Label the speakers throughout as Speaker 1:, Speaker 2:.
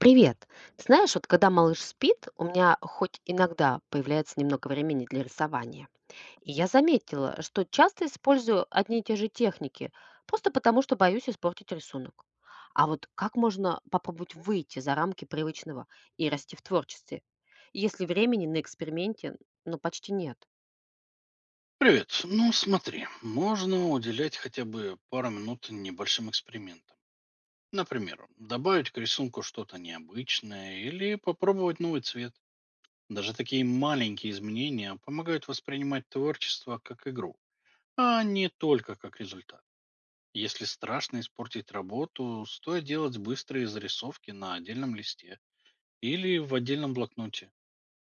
Speaker 1: Привет. Знаешь, вот когда малыш спит, у меня хоть иногда появляется немного времени для рисования. И я заметила, что часто использую одни и те же техники, просто потому что боюсь испортить рисунок. А вот как можно попробовать выйти за рамки привычного и расти в творчестве, если времени на эксперименте, ну, почти нет?
Speaker 2: Привет. Ну, смотри, можно уделять хотя бы пару минут небольшим экспериментам. Например, добавить к рисунку что-то необычное или попробовать новый цвет. Даже такие маленькие изменения помогают воспринимать творчество как игру, а не только как результат. Если страшно испортить работу, стоит делать быстрые зарисовки на отдельном листе или в отдельном блокноте.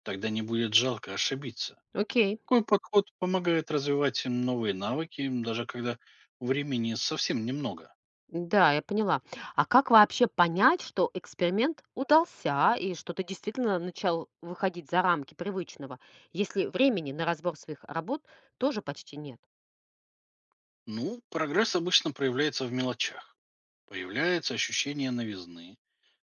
Speaker 2: Тогда не будет жалко ошибиться.
Speaker 1: Окей.
Speaker 2: Такой подход помогает развивать им новые навыки, даже когда времени совсем немного.
Speaker 1: Да, я поняла. А как вообще понять, что эксперимент удался и что ты действительно начал выходить за рамки привычного, если времени на разбор своих работ тоже почти нет?
Speaker 2: Ну, прогресс обычно проявляется в мелочах. Появляется ощущение новизны,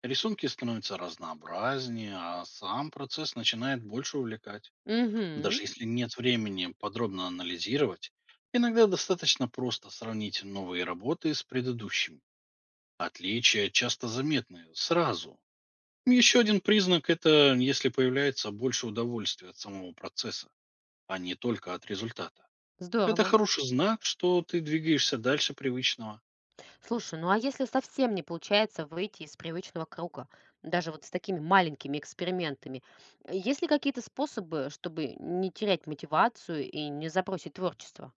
Speaker 2: рисунки становятся разнообразнее, а сам процесс начинает больше увлекать.
Speaker 1: Угу,
Speaker 2: Даже если нет времени подробно анализировать, иногда достаточно просто сравнить новые работы с предыдущими. Отличия часто заметны сразу. Еще один признак – это если появляется больше удовольствия от самого процесса, а не только от результата. Это
Speaker 1: здорово.
Speaker 2: хороший знак, что ты двигаешься дальше привычного.
Speaker 1: Слушай, ну а если совсем не получается выйти из привычного круга, даже вот с такими маленькими экспериментами, есть ли какие-то способы, чтобы не терять мотивацию и не забросить творчество?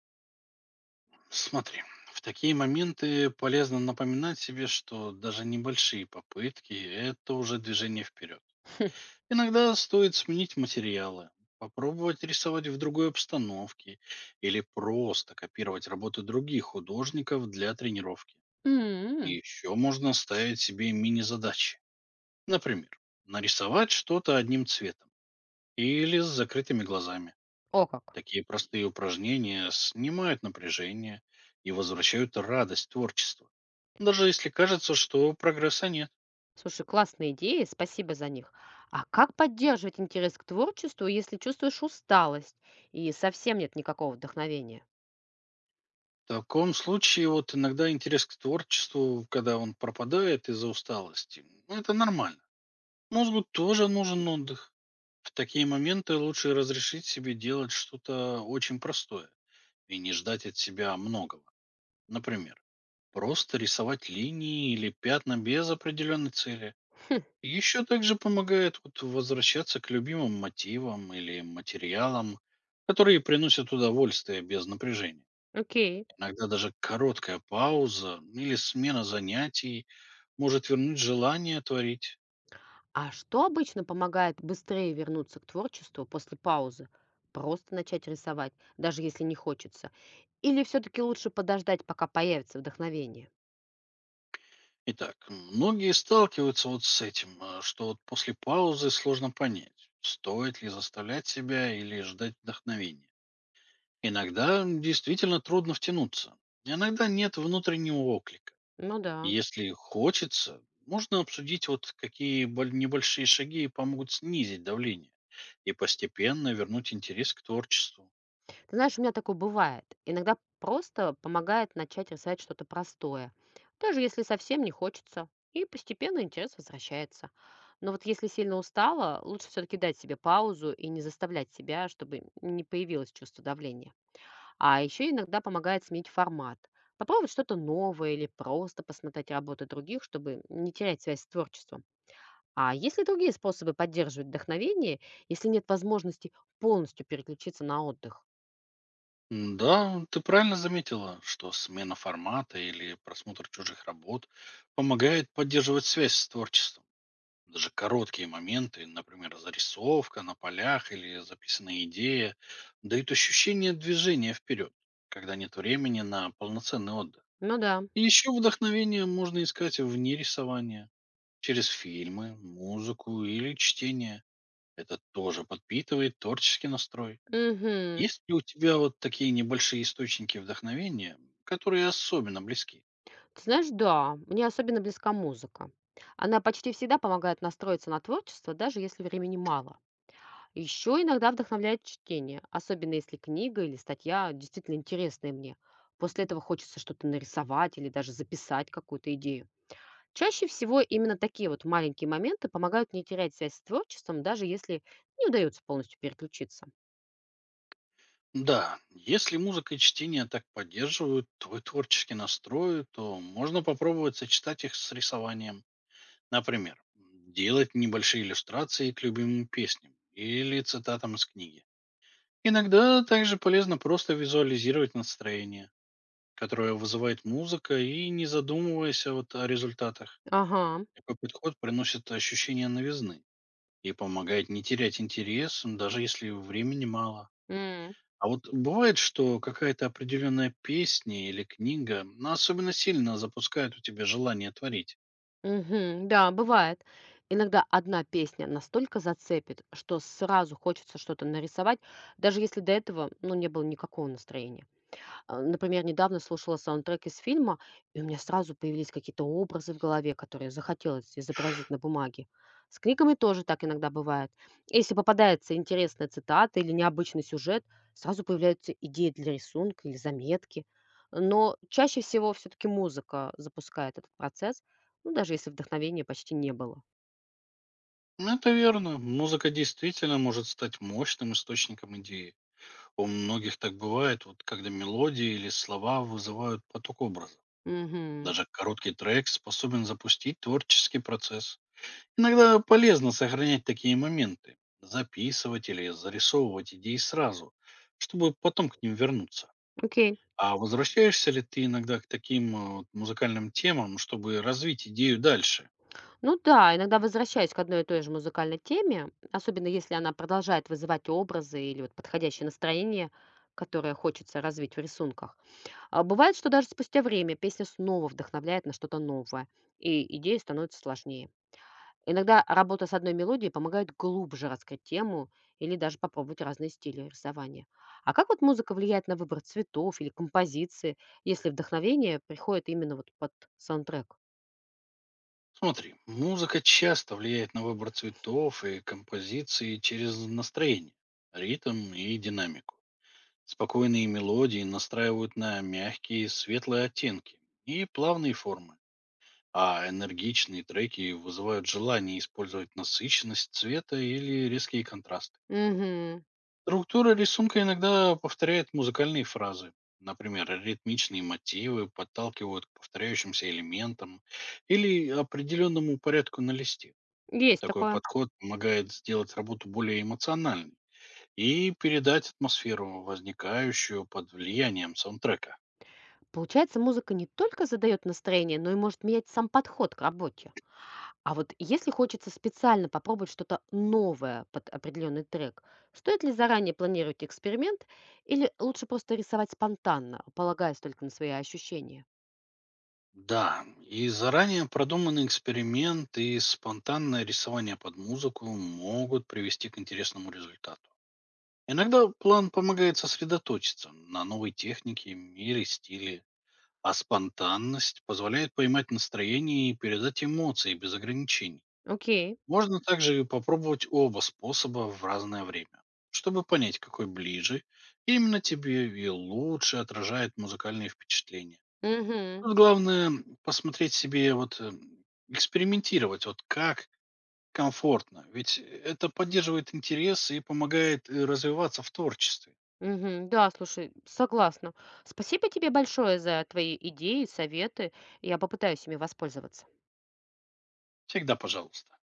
Speaker 2: Смотри, в такие моменты полезно напоминать себе, что даже небольшие попытки – это уже движение вперед. Иногда стоит сменить материалы, попробовать рисовать в другой обстановке или просто копировать работы других художников для тренировки.
Speaker 1: М.
Speaker 2: Еще можно ставить себе мини-задачи. Например, нарисовать что-то одним цветом или с закрытыми глазами.
Speaker 1: О как.
Speaker 2: Такие простые упражнения снимают напряжение и возвращают радость творчества. Даже если кажется, что прогресса нет.
Speaker 1: Слушай, классные идеи, спасибо за них. А как поддерживать интерес к творчеству, если чувствуешь усталость и совсем нет никакого вдохновения?
Speaker 2: В таком случае вот иногда интерес к творчеству, когда он пропадает из-за усталости, ну, это нормально. Мозгу тоже нужен отдых. В такие моменты лучше разрешить себе делать что-то очень простое и не ждать от себя многого. Например, просто рисовать линии или пятна без определенной цели.
Speaker 1: Хм,
Speaker 2: Еще также помогает вот возвращаться к любимым мотивам или материалам, которые приносят удовольствие без напряжения.
Speaker 1: окей.
Speaker 2: Иногда даже короткая пауза или смена занятий может вернуть желание творить.
Speaker 1: А что обычно помогает быстрее вернуться к творчеству после паузы? Просто начать рисовать, даже если не хочется. Или все-таки лучше подождать, пока появится вдохновение?
Speaker 2: Итак, многие сталкиваются вот с этим, что вот после паузы сложно понять, стоит ли заставлять себя или ждать вдохновения. Иногда действительно трудно втянуться, иногда нет внутреннего оклика.
Speaker 1: Ну да.
Speaker 2: Если хочется, можно обсудить, вот какие небольшие шаги помогут снизить давление и постепенно вернуть интерес к творчеству.
Speaker 1: Ты знаешь, у меня такое бывает. Иногда просто помогает начать рисовать что-то простое, даже если совсем не хочется. И постепенно интерес возвращается. Но вот если сильно устала, лучше все-таки дать себе паузу и не заставлять себя, чтобы не появилось чувство давления. А еще иногда помогает сменить формат. Попробовать что-то новое или просто посмотреть работы других, чтобы не терять связь с творчеством. А есть ли другие способы поддерживать вдохновение, если нет возможности полностью переключиться на отдых?
Speaker 2: Да, ты правильно заметила, что смена формата или просмотр чужих работ помогает поддерживать связь с творчеством. Даже короткие моменты, например, зарисовка на полях или записанная идея, дают ощущение движения вперед, когда нет времени на полноценный отдых.
Speaker 1: Ну да.
Speaker 2: И еще вдохновение можно искать вне рисования через фильмы, музыку или чтение. Это тоже подпитывает творческий настрой.
Speaker 1: Мгм.
Speaker 2: Есть ли у тебя вот такие небольшие источники вдохновения, которые особенно близки?
Speaker 1: Ты знаешь, да, мне особенно близка музыка. Она почти всегда помогает настроиться на творчество, даже если времени мало. Еще иногда вдохновляет чтение, особенно если книга или статья действительно интересная мне. После этого хочется что-то нарисовать или даже записать какую-то идею. Чаще всего именно такие вот маленькие моменты помогают не терять связь с творчеством, даже если не удается полностью переключиться.
Speaker 2: Да, если музыка и чтение так поддерживают твой творческий настрой, то можно попробовать сочетать их с рисованием. Например, делать небольшие иллюстрации к любимым песням или цитатам из книги. Иногда также полезно просто визуализировать настроение, которое вызывает музыка, и не задумываясь вот о результатах.
Speaker 1: Ага.
Speaker 2: Такой подход приносит ощущение новизны и помогает не терять интерес, даже если времени мало.
Speaker 1: М.
Speaker 2: А вот бывает, что какая-то определенная песня или книга, ну, особенно сильно запускает у тебя желание творить.
Speaker 1: Мгм. Да, бывает. Иногда одна песня настолько зацепит, что сразу хочется что-то нарисовать, даже если до этого, ну, не было никакого настроения. А, например, недавно слушала саундтрек из фильма, и у меня сразу появились какие-то образы в голове, которые захотелось изобразить на бумаге. С книгами тоже так иногда бывает. Если попадается интересная цитата или необычный сюжет, сразу появляются идеи для рисунка или заметки. Но чаще всего все-таки музыка запускает этот процесс, ну, даже если вдохновения почти не было.
Speaker 2: Ну, это верно. Музыка действительно может стать мощным источником идеи. У многих так бывает, вот когда мелодии или слова вызывают поток образа.
Speaker 1: Угу.
Speaker 2: Даже короткий трек способен запустить творческий процесс. Иногда полезно сохранять такие моменты, записывать или зарисовывать идеи сразу, чтобы потом к ним вернуться.
Speaker 1: Окей.
Speaker 2: А возвращаешься ли ты иногда к таким, вот музыкальным темам, чтобы развить идею дальше?
Speaker 1: Ну да, иногда возвращаюсь к одной и той же музыкальной теме, особенно если она продолжает вызывать образы или вот подходящее настроение, которое хочется развить в рисунках. А бывает, что даже спустя время песня снова вдохновляет на что-то новое, и идея становится сложнее. Иногда работа с одной мелодией помогает глубже раскрыть тему или даже попробовать разные стили рисования. А как вот музыка влияет на выбор цветов или композиции, если вдохновение приходит именно вот под саундтрек?
Speaker 2: Смотри, музыка часто влияет на выбор цветов и композиции через настроение, ритм и динамику. Спокойные мелодии настраивают на мягкие, светлые оттенки и плавные формы. А энергичные треки вызывают желание использовать насыщенность цвета или резкие контрасты.
Speaker 1: Угу,
Speaker 2: Структура рисунка иногда повторяет музыкальные фразы. Например, ритмичные мотивы подталкивают к повторяющимся элементам или определенному порядку на листе.
Speaker 1: есть
Speaker 2: Такой
Speaker 1: такое.
Speaker 2: подход помогает сделать работу более эмоциональной и передать атмосферу, возникающую под влиянием саундтрека.
Speaker 1: Получается, музыка не только задает настроение, но и может менять сам подход к работе. А вот если хочется специально попробовать что-то новое под определенный трек, стоит ли заранее планировать эксперимент или лучше просто рисовать спонтанно, полагаясь только на свои ощущения?
Speaker 2: Да, и заранее продуманный эксперимент, и спонтанное рисование под музыку могут привести к интересному результату. Иногда план помогает сосредоточиться на новой технике или стиле, а спонтанность позволяет поймать настроение и передать эмоции без ограничений.
Speaker 1: Окей.
Speaker 2: Можно также попробовать оба способа в разное время, чтобы понять, какой ближе именно тебе и лучше отражает музыкальные впечатления.
Speaker 1: Угу.
Speaker 2: Тут главное посмотреть себе, экспериментировать, вот как комфортно. Ведь это поддерживает интерес и помогает развиваться в творчестве.
Speaker 1: Угу. Да, слушай, согласна. Спасибо тебе большое за твои идеи, советы. Я попытаюсь ими воспользоваться.
Speaker 2: Всегда пожалуйста.